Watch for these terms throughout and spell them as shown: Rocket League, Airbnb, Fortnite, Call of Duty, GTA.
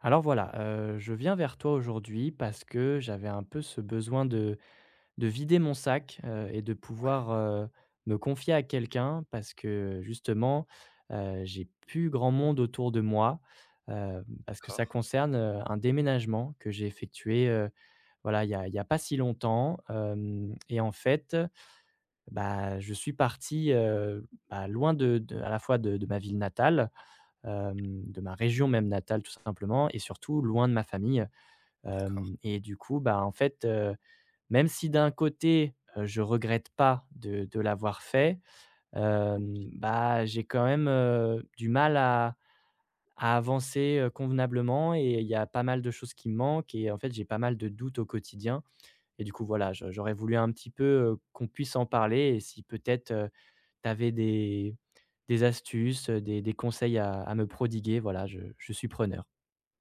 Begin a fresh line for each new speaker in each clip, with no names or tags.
Alors voilà, je viens vers toi aujourd'hui parce que j'avais un peu ce besoin de vider mon sac, et de
Ouais,
pouvoir, me confier à quelqu'un parce que justement, j'ai plus grand monde autour de moi, parce que
d'accord,
ça concerne, un déménagement que j'ai effectué, voilà, il y a pas si longtemps, hem et en fait, bah, je suis parti, bah, loin de à la fois de ma ville natale, de ma région même natale tout simplement et surtout loin de ma famille.
d'accord.
Hem Et du coup, bah, en fait, même si d'un côté, je regrette pas de l'avoir fait, bah, j'ai quand même, du mal à avancer, convenablement et il y a pas mal de choses qui me manquent et en fait, j'ai pas mal de doutes au quotidien et du coup, voilà, je j'aurais voulu un petit peu, qu'on puisse en parler et si peut-être, tu avais des astuces, des conseils à me prodiguer, voilà, je suis preneur.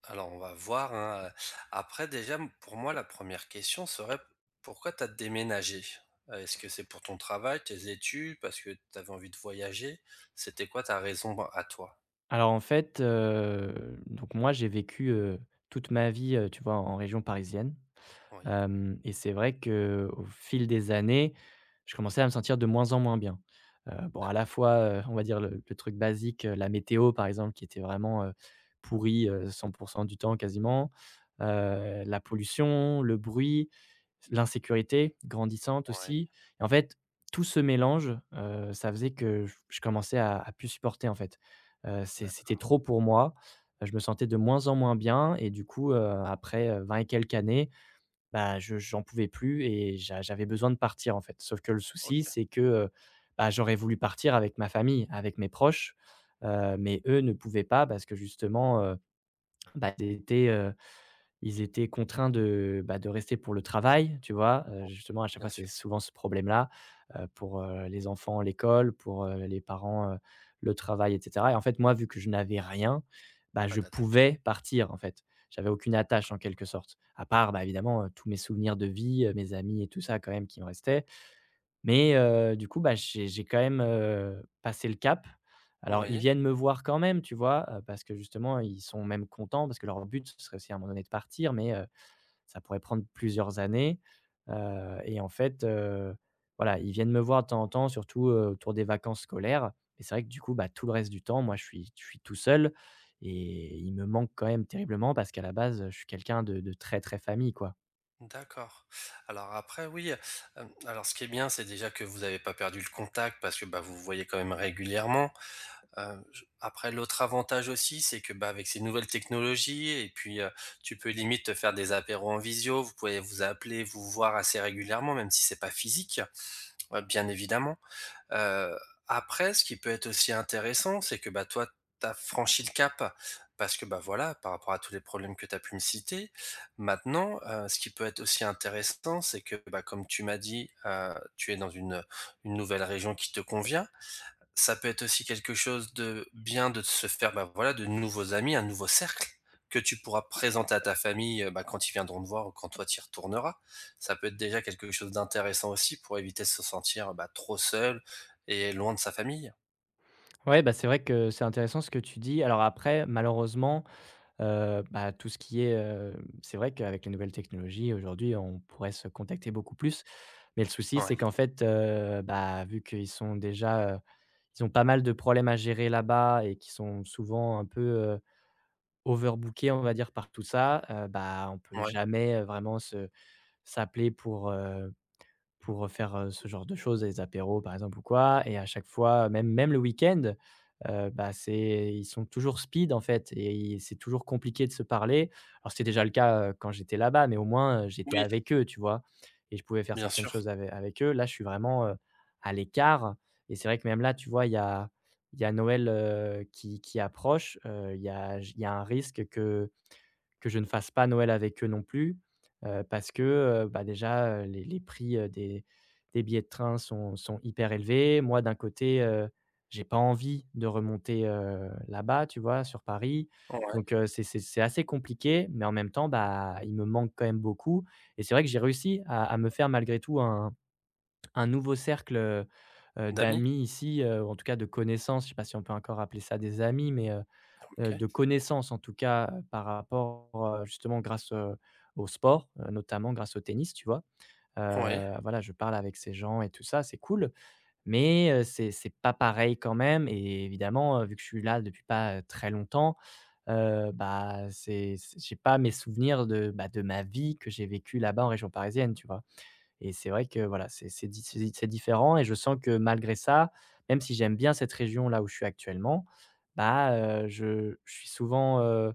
Alors, on va voir, hein, après déjà, m pour moi, la première question serait: pourquoi tu as déménagé? Est-ce que c'est pour ton travail, tes études, parce que tu avais envie de voyager? C'était quoi ta raison ben, à toi?
Alors en fait, donc moi j'ai vécu, toute ma vie, tu vois, en région parisienne.
Oui,
Hem Et c'est vrai que au fil des années, je commençais à me sentir de moins en moins bien. Bon, à la
d'accord,
fois, on va dire le truc basique, la météo par exemple qui était vraiment, pourrie, 100 du temps quasiment, la pollution, le bruit, l'insécurité grandissante
ouais,
aussi et en fait, tout ce mélange, ça faisait que j je commençais à plus supporter en fait. C'était
d'accord,
trop pour moi, je me sentais de moins en moins bien et du coup, après, 20 et quelques années, bah, je j'en pouvais plus et j'avais besoin de partir, en fait. Sauf que le souci,
OK,
c'est que, bah, j'aurais voulu partir avec ma famille, avec mes proches, mais eux ne pouvaient pas parce que justement, bah, ils étaient contraints de, bah, de rester pour le travail, tu vois? Justement, à chaque fois,
bien
c'est
sûr,
souvent ce problème-là, pour, les enfants, l'école, pour, les parents, le travail et cetera et en fait, moi, vu que je n'avais rien, bah,
pas
je
d'attache,
pouvais partir, en fait. J'avais aucune attache en
d'accord.
quelque sorte, à part, bah, évidemment, tous mes souvenirs de vie, mes amis et tout ça quand même qui me restaient, mais du coup, bah, j'ai quand même, passé le cap. Alors ils
Oui,
viennent me voir quand même, tu vois? Parce que justement, ils sont même contents parce que leur but, ce serait aussi à un moment donné de partir, mais ça pourrait prendre plusieurs années. Et en fait, voilà, ils viennent me voir de temps en temps, surtout, autour des vacances scolaires. Et c'est vrai que du coup, bah, tout le reste du temps, moi, je suis tout seul et il me manque quand même terriblement parce qu'à la base, je suis quelqu'un de très, très famille, quoi.
d'accord. Alors après, oui, hem, alors ce qui est bien, c'est déjà que vous avez pas perdu le contact parce que, bah, vous vous voyez quand même régulièrement. Hem, j après l'autre avantage aussi, c'est que, bah, avec ces nouvelles technologies et puis, tu peux limite te faire des apéros en visio. Vous pouvez vous appeler, vous voir assez régulièrement, même si c'est pas physique, bien évidemment. Heu, Après, ce qui peut être aussi intéressant, c'est que, bah, toi, tu as franchi le cap parce que, bah, voilà, par rapport à tous les problèmes que tu as pu me citer. Maintenant, ce qui peut être aussi intéressant, c'est que, bah, comme tu m'as dit, tu es dans une nouvelle région qui te convient. Ça peut être aussi quelque chose de bien de se faire, bah, voilà, de nouveaux amis, un nouveau cercle que tu pourras présenter à ta famille, bah, quand ils viendront te voir ou quand toi tu y retourneras. Ça peut être déjà quelque chose d'intéressant aussi pour éviter de se sentir, bah, trop seul et loin de sa famille.
Ouais, bah, c'est vrai que c'est intéressant ce que tu dis. Alors après, malheureusement, bah, tout ce qui est, c'est vrai qu'avec les nouvelles technologies aujourd'hui, on pourrait se contacter beaucoup plus. Mais le souci,
Ouais,
c'est qu'en fait, bah, vu qu'ils sont déjà, ils ont pas mal de problèmes à gérer là-bas et qui sont souvent un peu, overbookés, on va dire, par tout ça, bah, on peut
ouais.
jamais, vraiment se s'appeler pour, faire, ce genre de choses, les apéros par exemple ou quoi et à chaque fois, même le week-end, bah, c'est ils sont toujours speed en fait et ils c'est toujours compliqué de se parler. Alors c'était déjà le cas, quand j'étais là-bas, mais au moins, j'étais
Oui,
avec eux, tu vois? Et je pouvais faire
bien
certaines
sûr.
choses avec eux. Là, je suis vraiment, à l'écart et c'est vrai que même là, tu vois, il y a Noël, qui approche, il y a un risque que je ne fasse pas Noël avec eux non plus, parce que, bah, déjà, les prix, des billets de train sont hyper élevés. Moi, d'un côté, j'ai pas envie de remonter, là-bas, tu vois, sur Paris. Donc,
Ouais,
c'est assez compliqué, mais en même temps, bah, il me manque quand même beaucoup et c'est vrai que j'ai réussi à me faire malgré tout un nouveau cercle,
d'amis?
d'amis ici, ou en tout cas de connaissances. Je sais pas si on peut encore appeler ça des amis, mais,
OK.
de connaissances en tout cas, par rapport, justement grâce, au sport, notamment grâce au tennis, tu vois?
Ouais.
Voilà, je parle avec ces gens et tout ça, c'est cool, mais c'est pas pareil quand même et évidemment, vu que je suis là depuis pas, très longtemps, bah, c'est j'ai pas mes souvenirs de, bah, de ma vie que j'ai vécue là-bas en région parisienne, tu vois? Et c'est vrai que voilà, c'est di c'est différent et je sens que malgré ça, même si j'aime bien cette région là où je suis actuellement, bah, je suis souvent,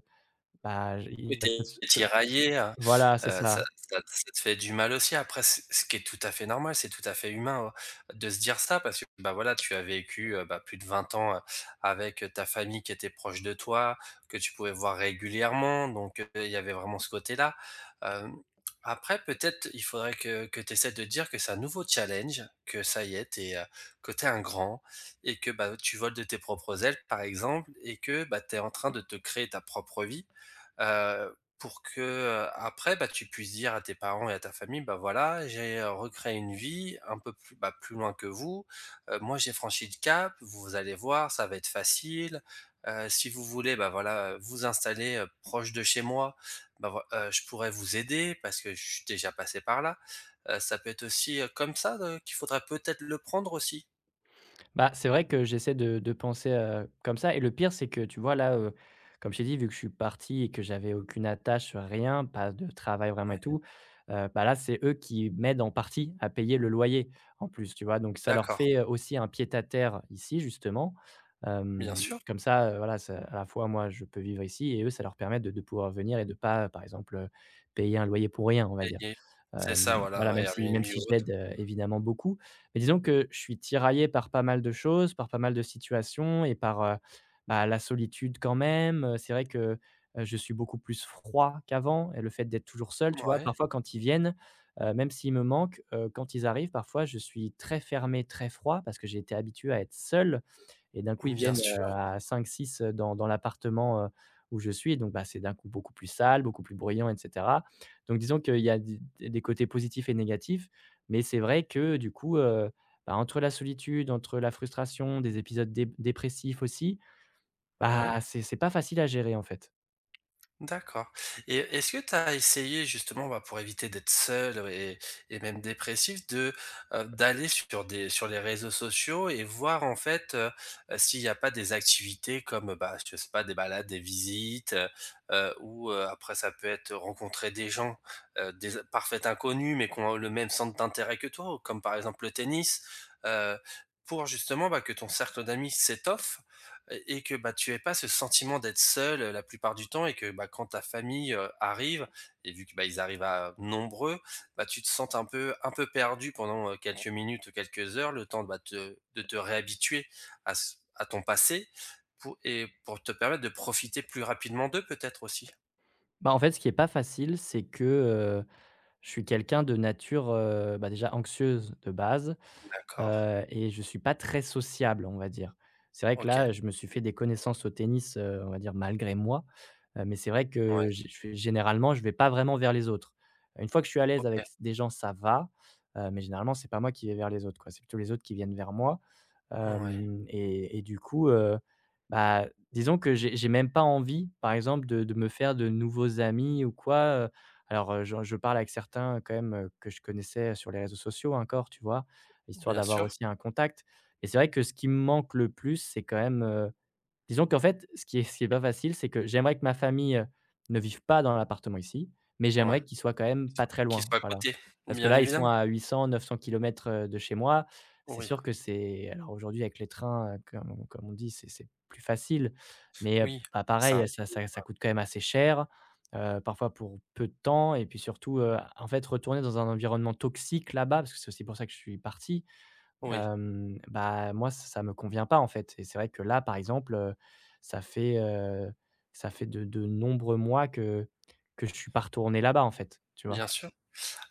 bah, j il
Oui,
y a
tu
ce
es
ce
tiraillé,
voilà, c'est
ça
ça.
ça te fait du mal aussi. Après, c ce qui est tout à fait normal, c'est tout à fait humain, de se dire ça parce que, bah, voilà, tu as vécu, bah, plus de 20 ans, avec, ta famille qui était proche de toi, que tu pouvais voir régulièrement, donc il y avait vraiment ce côté-là. Hem, après peut-être il faudrait que tu essaies de te dire que c'est un nouveau challenge, que ça y est, tu es, que tu es un grand et que, bah, tu voles de tes propres ailes, par exemple et que, bah, tu es en train de te créer ta propre vie pour que, après, bah, tu puisses dire à tes parents et à ta famille: «Bah, voilà, j'ai, recréé une vie un peu plus, bah, plus loin que vous. Moi, j'ai franchi le cap, vous allez voir, ça va être facile. Si vous voulez, bah, voilà, vous installer, proche de chez moi, bah, voi je pourrais vous aider parce que je suis déjà passé par là». Ça peut être aussi, comme ça, qu'il faudrait peut-être le prendre aussi?
Bah, c'est vrai que j'essaie de penser, comme ça et le pire, c'est que tu vois là, comme je t'ai dit, vu que je suis parti et que j'avais aucune attache, rien, pas de travail vraiment
Ouais,
et tout, bah, là, c'est eux qui m'aident en partie à payer le loyer en plus, tu vois? Donc ça leur
d'accord,
fait, aussi un pied-à-terre ici justement, hem,
bien sûr
comme ça, voilà, ça à la fois moi, je peux vivre ici et eux, ça leur permet de pouvoir venir et de pas, par exemple, payer un loyer pour rien, on va dire.
et c'est ça,
Voilà,
voilà,
même si même
Airbnb
si
ou
je l'aide,
autre.
évidemment beaucoup. Mais disons que je suis tiraillé par pas mal de choses, par pas mal de situations et par, bah, la solitude quand même, c'est vrai que, je suis beaucoup plus froid qu'avant et le fait d'être toujours seul, tu vois?
Ouais.
Parfois quand ils viennent, même s'ils me manquent, quand ils arrivent, parfois je suis très fermé, très froid parce que j'ai été habitué à être seul et d'un coup ils
Bien
viennent,
sûr,
à cinq six dans l'appartement, où je suis donc bah, c'est d'un coup beaucoup plus sale, beaucoup plus bruyant etc donc disons qu'il y a d des côtés positifs et négatifs, mais c'est vrai que du coup, bah, entre la solitude, entre la frustration, des épisodes dé dépressifs aussi,
ouais.
bah, c'est pas facile à gérer en fait.
D'accord et est-ce que tu as essayé justement, bah, pour éviter d'être seul, et même dépressif de, d'aller sur des sur les réseaux sociaux et voir en fait, s'il n'y a pas des activités comme, bah, je sais pas, des balades, des visites, ou, après ça peut être rencontrer des gens, des in parfaits inconnus mais qui ont le même centre d'intérêt que toi, comme par exemple le tennis, heu, pour justement, bah, que ton cercle d'amis s'étoffe et que, bah, tu aies pas ce sentiment d'être seul, la plupart du temps et que, bah, quand ta famille, arrive et vu que, bah, ils arrivent à nombreux, bah, tu te sens un peu perdu pendant, quelques minutes ou quelques heures, le temps, bah, te de te réhabituer à ton passé pour te permettre de profiter plus rapidement d'eux peut-être aussi?
Bah, en fait, ce qui est pas facile, c'est que, je suis quelqu'un de nature, bah, déjà anxieuse de base,
D'accord,
et je suis pas très sociable, on va dire. C'est vrai que
OK,
là, je me suis fait des connaissances au tennis, on va dire malgré moi, mais c'est vrai
ouais,
que gé je fais généralement, je vais pas vraiment vers les autres. Une fois que je suis à l'aise
OK,
avec des gens, ça va, mais généralement, c'est pas moi qui vais vers les autres, quoi. C'est plutôt les autres qui viennent vers moi.
ouais,
Hem Et du coup, bah, disons que j'ai même pas envie, par exemple, de me faire de nouveaux amis ou quoi. Alors, je parle avec certains quand même, que je connaissais sur les réseaux sociaux encore, tu vois? Histoire
bien
d'avoir
sûr,
aussi un contact. Et c'est vrai que ce qui me manque le plus, disons qu'en fait, ce qui est pas facile, c'est que j'aimerais que ma famille, ne vive pas dans l'appartement ici, mais
ouais,
j'aimerais qu'ils soient quand même
qu'ils soient
pas très
qu'ils
loin,
soient à
voilà.
côté,
Parce que
bien
là, ils sont
évidemment.
à 800-900 km, de chez moi. C'est
Oui,
sûr que c'est alors aujourd'hui avec les trains, comme on dit, c'est plus facile, mais,
oui,
bah,
ça
pareil, ça coûte quand même assez cher, parfois pour peu de temps et puis surtout, en fait, retourner dans un environnement toxique là-bas, parce que c'est aussi pour ça que je suis parti,
oui,
Bah, moi, ç ça me convient pas, en fait et c'est vrai que là, par exemple, ça fait, heu, ça fait de nombreux mois que je suis pas retourné là-bas, en fait, tu vois?
bien sûr.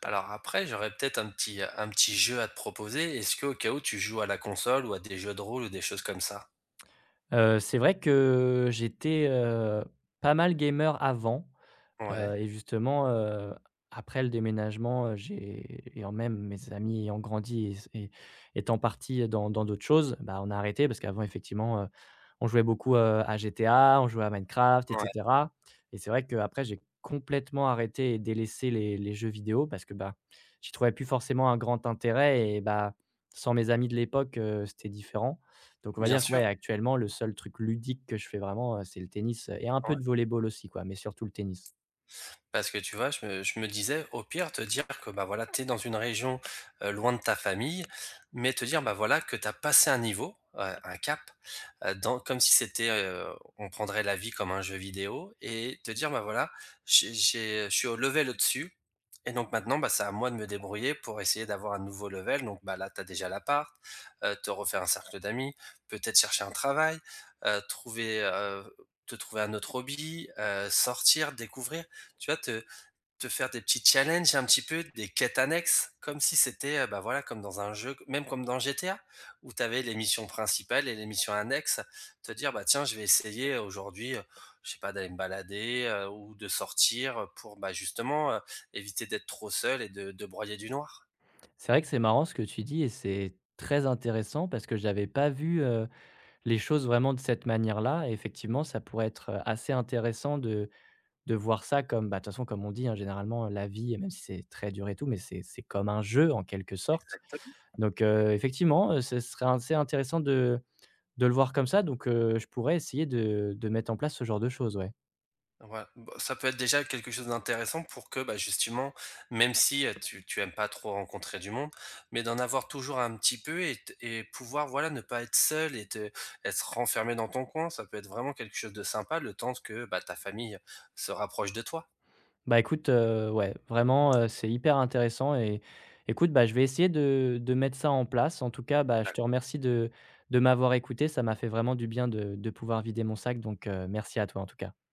Alors après, j'aurais peut-être un petit jeu à te proposer. Est-ce que au cas où tu joues à la console ou à des jeux de rôle ou des choses comme ça?
C'est vrai que j'étais, pas mal gamer avant.
Ouais,
Et justement, après le déménagement, j'ai ayant même mes amis ayant grandi et étant partis dans d'autres choses, bah, on a arrêté parce qu'avant effectivement, on jouait beaucoup, à GTA, on jouait à Minecraft et
ouais,
cetera et c'est vrai qu'après j'ai complètement arrêté et délaissé les jeux vidéo parce que, bah, j'y trouvais plus forcément un grand intérêt et bah, sans mes amis de l'époque, c'était différent. Donc on va
bien
dire que
sûr,
ouais, actuellement, le seul truc ludique que je fais vraiment, c'est le tennis et un peu
ouais.
de volley-ball aussi quoi, mais surtout le tennis.
Parce que tu vois, je me disais, au pire, te dire que, bah, voilà, t'es dans une région, loin de ta famille, mais te dire, bah, voilà, que t'as passé un niveau, un cap, dans comme si c'était, on prendrait la vie comme un jeu vidéo et te dire, bah, voilà, j'ai je suis au level au-dessus et donc maintenant, bah, c'est à moi de me débrouiller pour essayer d'avoir un nouveau level. Donc, bah, là, t'as déjà l'appart, te refaire un cercle d'amis, peut-être chercher un travail, trouver, te trouver un autre hobby, sortir, découvrir. Tu vois, te faire des petits challenges un petit peu, des quêtes annexes, comme si c'était, bah, voilà, comme dans un jeu, même comme dans GTA où tu avais les missions principales et les missions annexes. Te dire: «Bah, tiens, je vais essayer aujourd'hui, je sais pas, d'aller me balader, ou de sortir» pour, bah, justement, éviter d'être trop seul et de broyer du noir.
C'est vrai que c'est marrant ce que tu dis et c'est très intéressant parce que j'avais pas vu, les choses vraiment de cette manière-là et effectivement, ça pourrait être, assez intéressant de voir ça comme, bah, de toute façon, comme on dit, hein, généralement, la vie, même si c'est très dur et tout, mais c'est comme un jeu en quelque sorte.
Exactement.
Donc, effectivement, ce serait assez intéressant de le voir comme ça donc, je pourrais essayer de mettre en place ce genre de choses, ouais.
Ouais, bah, ça peut être déjà quelque chose d'intéressant pour que, bah, justement, même si, tu aimes pas trop rencontrer du monde, mais d'en avoir toujours un petit peu et pouvoir, voilà, ne pas être seul et te être renfermé dans ton coin. Ça peut être vraiment quelque chose de sympa le temps que, bah, ta famille se rapproche de toi.
Bah, écoute, ouais, vraiment, c'est hyper intéressant et écoute, bah, je vais essayer de mettre ça en place. En tout cas, bah, je te remercie de m'avoir écouté. Ça m'a fait vraiment du bien de pouvoir vider mon sac donc, merci à toi en tout cas.